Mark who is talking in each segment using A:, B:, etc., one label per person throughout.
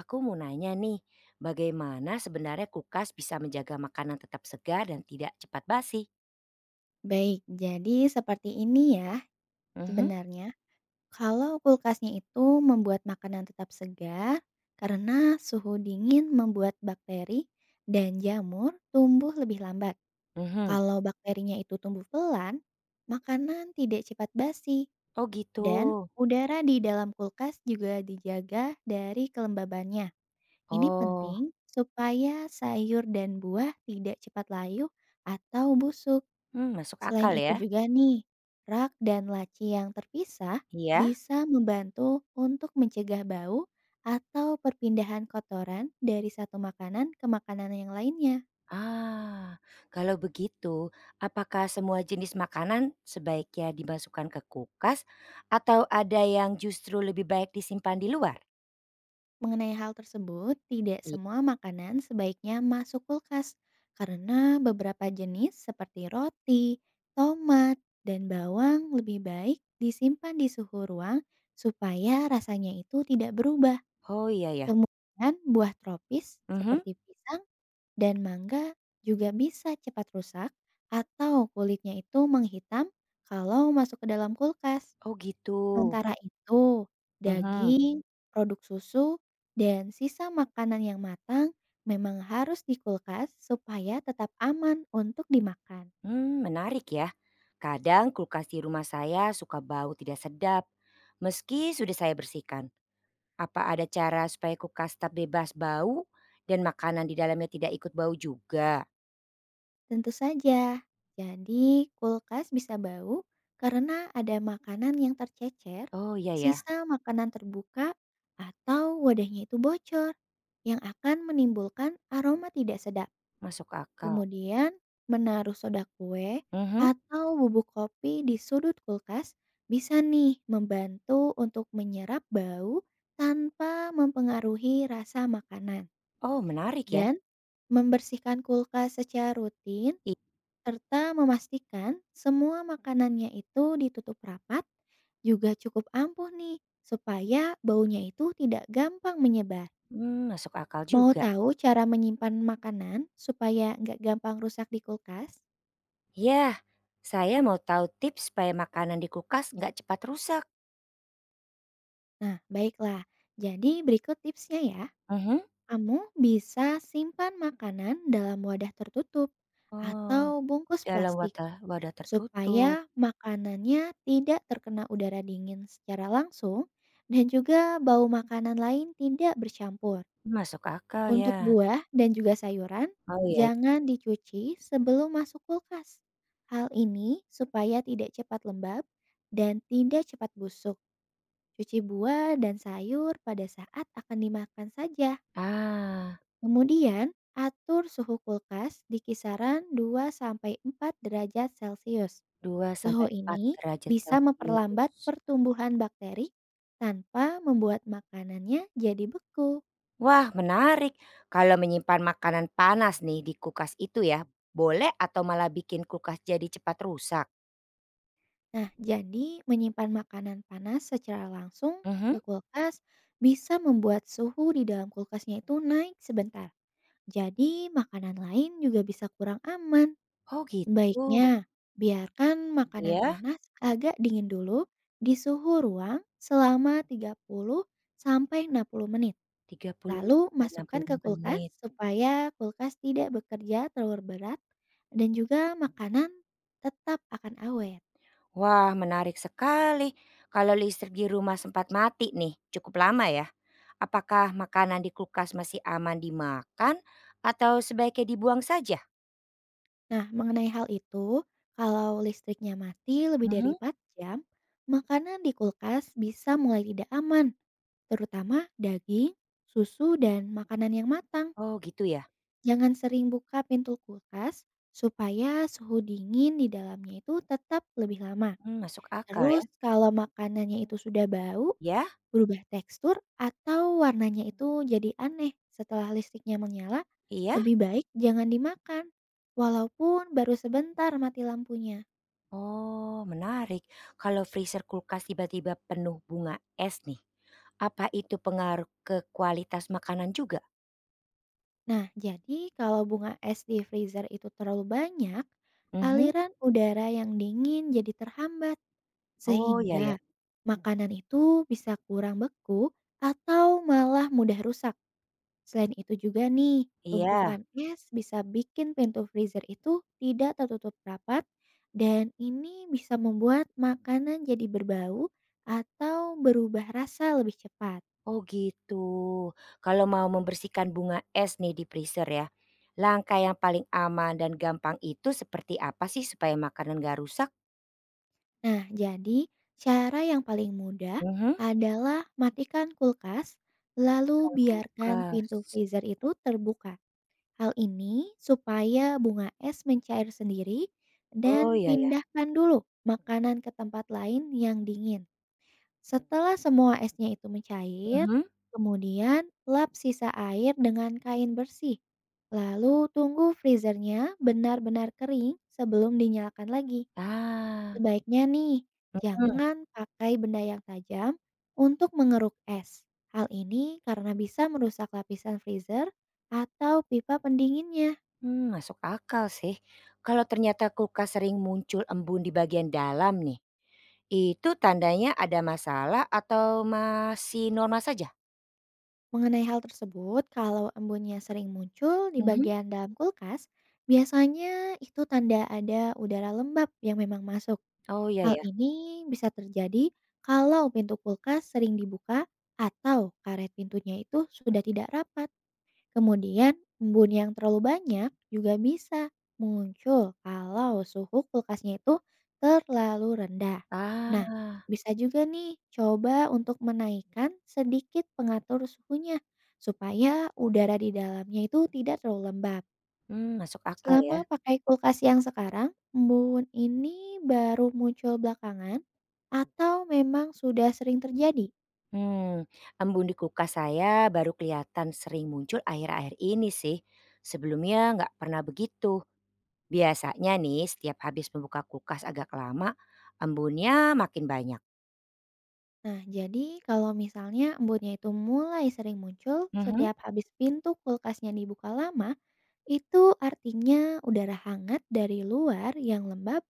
A: Aku mau nanya nih, bagaimana sebenarnya kulkas bisa menjaga makanan tetap segar dan tidak cepat basi?
B: Baik, jadi seperti ini ya
A: Mhm,
B: sebenarnya. Kalau kulkasnya itu membuat makanan tetap segar karena suhu dingin membuat bakteri dan jamur tumbuh lebih lambat.
A: mhm.
B: Kalau bakterinya itu tumbuh pelan, makanan tidak cepat basi
A: Oh gitu.
B: dan udara di dalam kulkas juga dijaga dari kelembabannya. Ini
A: Oh,
B: penting supaya sayur dan buah tidak cepat layu atau busuk.
A: hmm, masuk
B: Selain
A: akal
B: itu
A: ya.
B: juga nih, rak dan laci yang terpisah
A: Iya.
B: bisa membantu untuk mencegah bau atau perpindahan kotoran dari satu makanan ke makanan yang lainnya.
A: Ah, kalau begitu, apakah semua jenis makanan sebaiknya dimasukkan ke kulkas atau ada yang justru lebih baik disimpan di luar?
B: Mengenai hal tersebut, tidak
A: Iya.
B: semua makanan sebaiknya masuk kulkas karena beberapa jenis seperti roti, tomat, dan bawang lebih baik disimpan di suhu ruang supaya rasanya itu tidak berubah.
A: Oh iya ya.
B: Kemudian buah tropis
A: Mhm.
B: seperti pisang dan mangga juga bisa cepat rusak atau kulitnya itu menghitam kalau masuk ke dalam kulkas.
A: Oh gitu.
B: Sementara itu,
A: Mhm.
B: daging, produk susu, dan sisa makanan yang matang memang harus di kulkas supaya tetap aman untuk dimakan.
A: Hmm, menarik ya. Kadang kulkas di rumah saya suka bau tidak sedap. Meski sudah saya bersihkan. Apa ada cara supaya kulkas tetap bebas bau dan makanan di dalamnya tidak ikut bau juga?
B: Tentu saja. Jadi, kulkas bisa bau karena ada makanan yang tercecer,
A: Oh iya ya,
B: sisa makanan terbuka, atau wadahnya itu bocor, yang akan menimbulkan aroma tidak sedap.
A: masuk akal.
B: Kemudian, menaruh soda kue
A: Mhm.
B: atau bubuk kopi di sudut kulkas bisa nih membantu untuk menyerap bau tanpa mempengaruhi rasa makanan.
A: Oh menarik ya.
B: Dan membersihkan kulkas secara rutin
A: I-
B: serta memastikan semua makanannya itu ditutup rapat, juga cukup ampuh nih, supaya baunya itu tidak gampang menyebar.
A: Hmm, masuk akal
B: Mau
A: juga.
B: tahu cara menyimpan makanan supaya nggak gampang rusak di kulkas?
A: Ya, saya mau tahu tips supaya makanan di kulkas nggak cepat rusak.
B: Nah, baiklah. Jadi berikut tipsnya ya.
A: Mhm.
B: Kamu bisa simpan makanan dalam wadah tertutup
A: Oh,
B: atau bungkus
A: dalam
B: plastik
A: wadah tertutup.
B: supaya makanannya tidak terkena udara dingin secara langsung dan juga bau makanan lain tidak bercampur.
A: Masuk akal
B: Untuk
A: ya.
B: buah dan juga sayuran,
A: Oh iya.
B: jangan dicuci sebelum masuk kulkas. Hal ini supaya tidak cepat lembab dan tidak cepat busuk. Cuci buah dan sayur pada saat akan dimakan saja.
A: Ah.
B: Kemudian, atur suhu kulkas di kisaran 2 sampai 4 derajat Celcius.
A: dua
B: Suhu
A: sampai empat
B: ini
A: derajat
B: bisa memperlambat
A: celcius.
B: pertumbuhan bakteri tanpa membuat makanannya jadi beku.
A: Wah menarik, kalau menyimpan makanan panas nih di kulkas itu ya, boleh atau malah bikin kulkas jadi cepat rusak?
B: Nah, jadi menyimpan makanan panas secara langsung
A: Mhm.
B: ke kulkas bisa membuat suhu di dalam kulkasnya itu naik sebentar. Jadi, makanan lain juga bisa kurang aman.
A: Oh gitu?
B: Sebaiknya, biarkan makanan
A: Ya.
B: panas agak dingin dulu di suhu ruang selama 30 sampai 60 menit.
A: 30
B: Lalu
A: sampai enam
B: masukkan
A: puluh
B: ke kulkas
A: menit.
B: supaya kulkas tidak bekerja terlalu berat dan juga makanan tetap akan awet.
A: Wah menarik sekali, kalau listrik di rumah sempat mati nih, cukup lama ya, apakah makanan di kulkas masih aman dimakan atau sebaiknya dibuang saja?
B: Nah, mengenai hal itu, kalau listriknya mati lebih dari
A: Mhm.
B: 4 jam, makanan di kulkas bisa mulai tidak aman, terutama daging, susu, dan makanan yang matang.
A: Oh gitu ya?
B: Jangan sering buka pintu kulkas supaya suhu dingin di dalamnya itu tetap lebih lama.
A: Mmm, masuk akal ya.
B: Terus kalau makanannya itu sudah bau,
A: Ya.
B: berubah tekstur atau warnanya itu jadi aneh setelah listriknya menyala,
A: Iya?
B: lebih baik jangan dimakan, walaupun baru sebentar mati lampunya.
A: Oh, menarik. Kalau freezer kulkas tiba-tiba penuh bunga es nih, apa itu pengaruh ke kualitas makanan juga?
B: Nah, jadi kalau bunga es di freezer itu terlalu banyak,
A: Mhm.
B: aliran udara yang dingin jadi terhambat,
A: Oh, ya ya.
B: sehingga makanan itu bisa kurang beku atau malah mudah rusak. Selain itu juga nih,
A: Iya.
B: tumpukan es bisa bikin pintu freezer itu tidak tertutup rapat dan ini bisa membuat makanan jadi berbau atau berubah rasa lebih cepat.
A: Oh, gitu. Kalau mau membersihkan bunga es nih di freezer ya, langkah yang paling aman dan gampang itu seperti apa sih supaya makanan gak rusak?
B: Nah, jadi cara yang paling mudah
A: Mhm.
B: adalah matikan kulkas lalu
A: Kan
B: biarkan pintu
A: kulkas.
B: freezer itu terbuka. Hal ini supaya bunga es mencair sendiri dan
A: Oh, ya ya.
B: pindahkan dulu makanan ke tempat lain yang dingin. Setelah semua esnya itu mencair,
A: Mhm.
B: kemudian lap sisa air dengan kain bersih. Lalu tunggu freezernya benar-benar kering sebelum dinyalakan lagi.
A: Ah.
B: Sebaiknya nih,
A: Mhm.
B: jangan pakai benda yang tajam untuk mengeruk es. Hal ini karena bisa merusak lapisan freezer atau pipa pendinginnya.
A: Mmm, masuk akal sih. Kalau ternyata kulkas sering muncul embun di bagian dalam nih, itu tandanya ada masalah atau masih normal saja?
B: Mengenai hal tersebut, kalau embunnya sering muncul di
A: Mhm.
B: bagian dalam kulkas, biasanya itu tanda ada udara lembab yang memang masuk.
A: Oh iya
B: Hal
A: ya.
B: ini bisa terjadi kalau pintu kulkas sering dibuka atau karet pintunya itu sudah tidak rapat. Kemudian, embun yang terlalu banyak juga bisa muncul kalau suhu kulkasnya itu terlalu rendah. Nah,
A: Ah,
B: bisa juga nih coba untuk menaikkan sedikit pengatur suhunya supaya udara di dalamnya itu tidak terlalu lembab.
A: mmm, masuk akal ya.
B: Selama pakai kulkas yang sekarang, embun ini baru muncul belakangan atau memang sudah sering terjadi?
A: Mmm, embun di kulkas saya baru kelihatan sering muncul akhir-akhir ini sih. Sebelumnya nggak pernah begitu. Biasanya nih setiap habis membuka kulkas agak lama, embunnya makin banyak.
B: Nah, jadi kalau misalnya embunnya itu mulai sering muncul
A: Mhm.
B: setiap habis pintu kulkasnya dibuka lama, itu artinya udara hangat dari luar yang lembab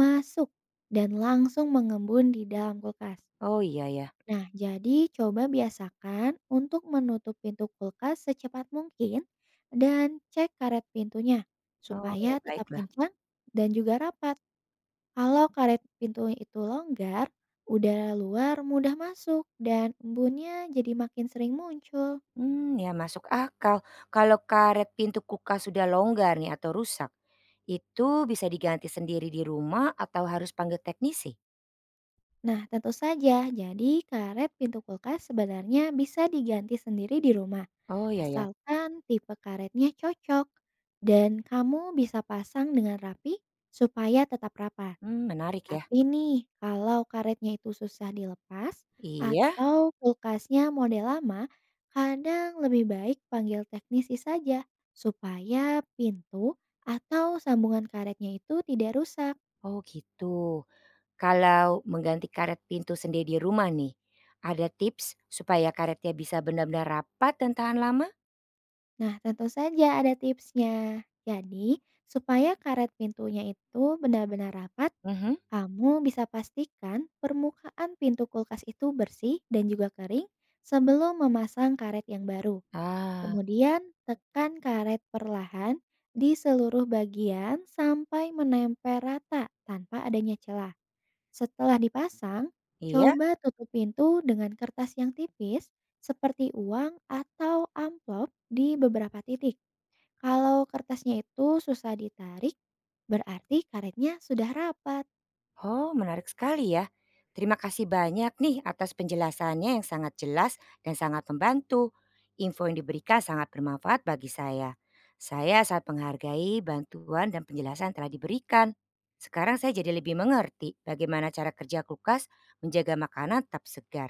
B: masuk dan langsung mengembun di dalam kulkas.
A: Oh iya ya.
B: Nah, jadi coba biasakan untuk menutup pintu kulkas secepat mungkin dan cek karet pintunya
A: Oh
B: supaya
A: ya
B: tetap
A: baiklah.
B: kencang dan juga rapat. Kalau karet pintu itu longgar, udara luar mudah masuk dan embunnya jadi makin sering muncul.
A: Hmm, ya masuk akal. Kalau karet pintu kulkas sudah longgar nih atau rusak, itu bisa diganti sendiri di rumah atau harus panggil teknisi?
B: Nah, tentu saja, jadi karet pintu kulkas sebenarnya bisa diganti sendiri di rumah,
A: Oh ya ya,
B: asalkan tipe karetnya cocok dan kamu bisa pasang dengan rapi supaya tetap rapat.
A: hmm, menarik ya.
B: Tapi nih, kalau karetnya itu susah dilepas
A: Iya?
B: atau kulkasnya model lama, kadang lebih baik panggil teknisi saja supaya pintu atau sambungan karetnya itu tidak rusak.
A: Oh gitu. Kalau mengganti karet pintu sendiri di rumah nih, ada tips supaya karetnya bisa benar-benar rapat dan tahan lama?
B: Nah, tentu saja ada tipsnya. Jadi, supaya karet pintunya itu benar-benar rapat,
A: Mhm.
B: kamu bisa pastikan permukaan pintu kulkas itu bersih dan juga kering sebelum memasang karet yang baru.
A: Ah,
B: Kemudian tekan karet perlahan di seluruh bagian sampai menempel rata tanpa adanya celah. Setelah dipasang,
A: iya?
B: coba tutup pintu dengan kertas yang tipis seperti uang atau amplop di beberapa titik. Kalau kertasnya itu susah ditarik, berarti karetnya sudah rapat.
A: Oh, menarik sekali ya. Terima kasih banyak nih atas penjelasannya yang sangat jelas dan sangat membantu. Info yang diberikan sangat bermanfaat bagi saya. Saya sangat menghargai bantuan dan penjelasan yang telah diberikan. Sekarang saya jadi lebih mengerti bagaimana cara kerja kulkas menjaga makanan tetap segar.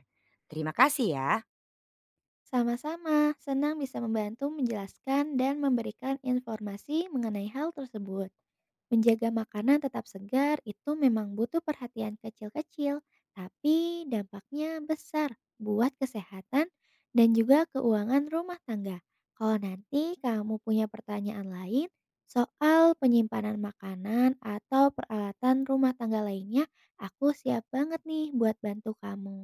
A: Terima kasih ya.
B: Sama-sama, senang bisa membantu menjelaskan dan memberikan informasi mengenai hal tersebut. Menjaga makanan tetap segar itu memang butuh perhatian kecil-kecil, tapi dampaknya besar buat kesehatan dan juga keuangan rumah tangga. Kalau nanti kamu punya pertanyaan lain soal penyimpanan makanan atau peralatan rumah tangga lainnya, aku siap banget nih buat bantu kamu.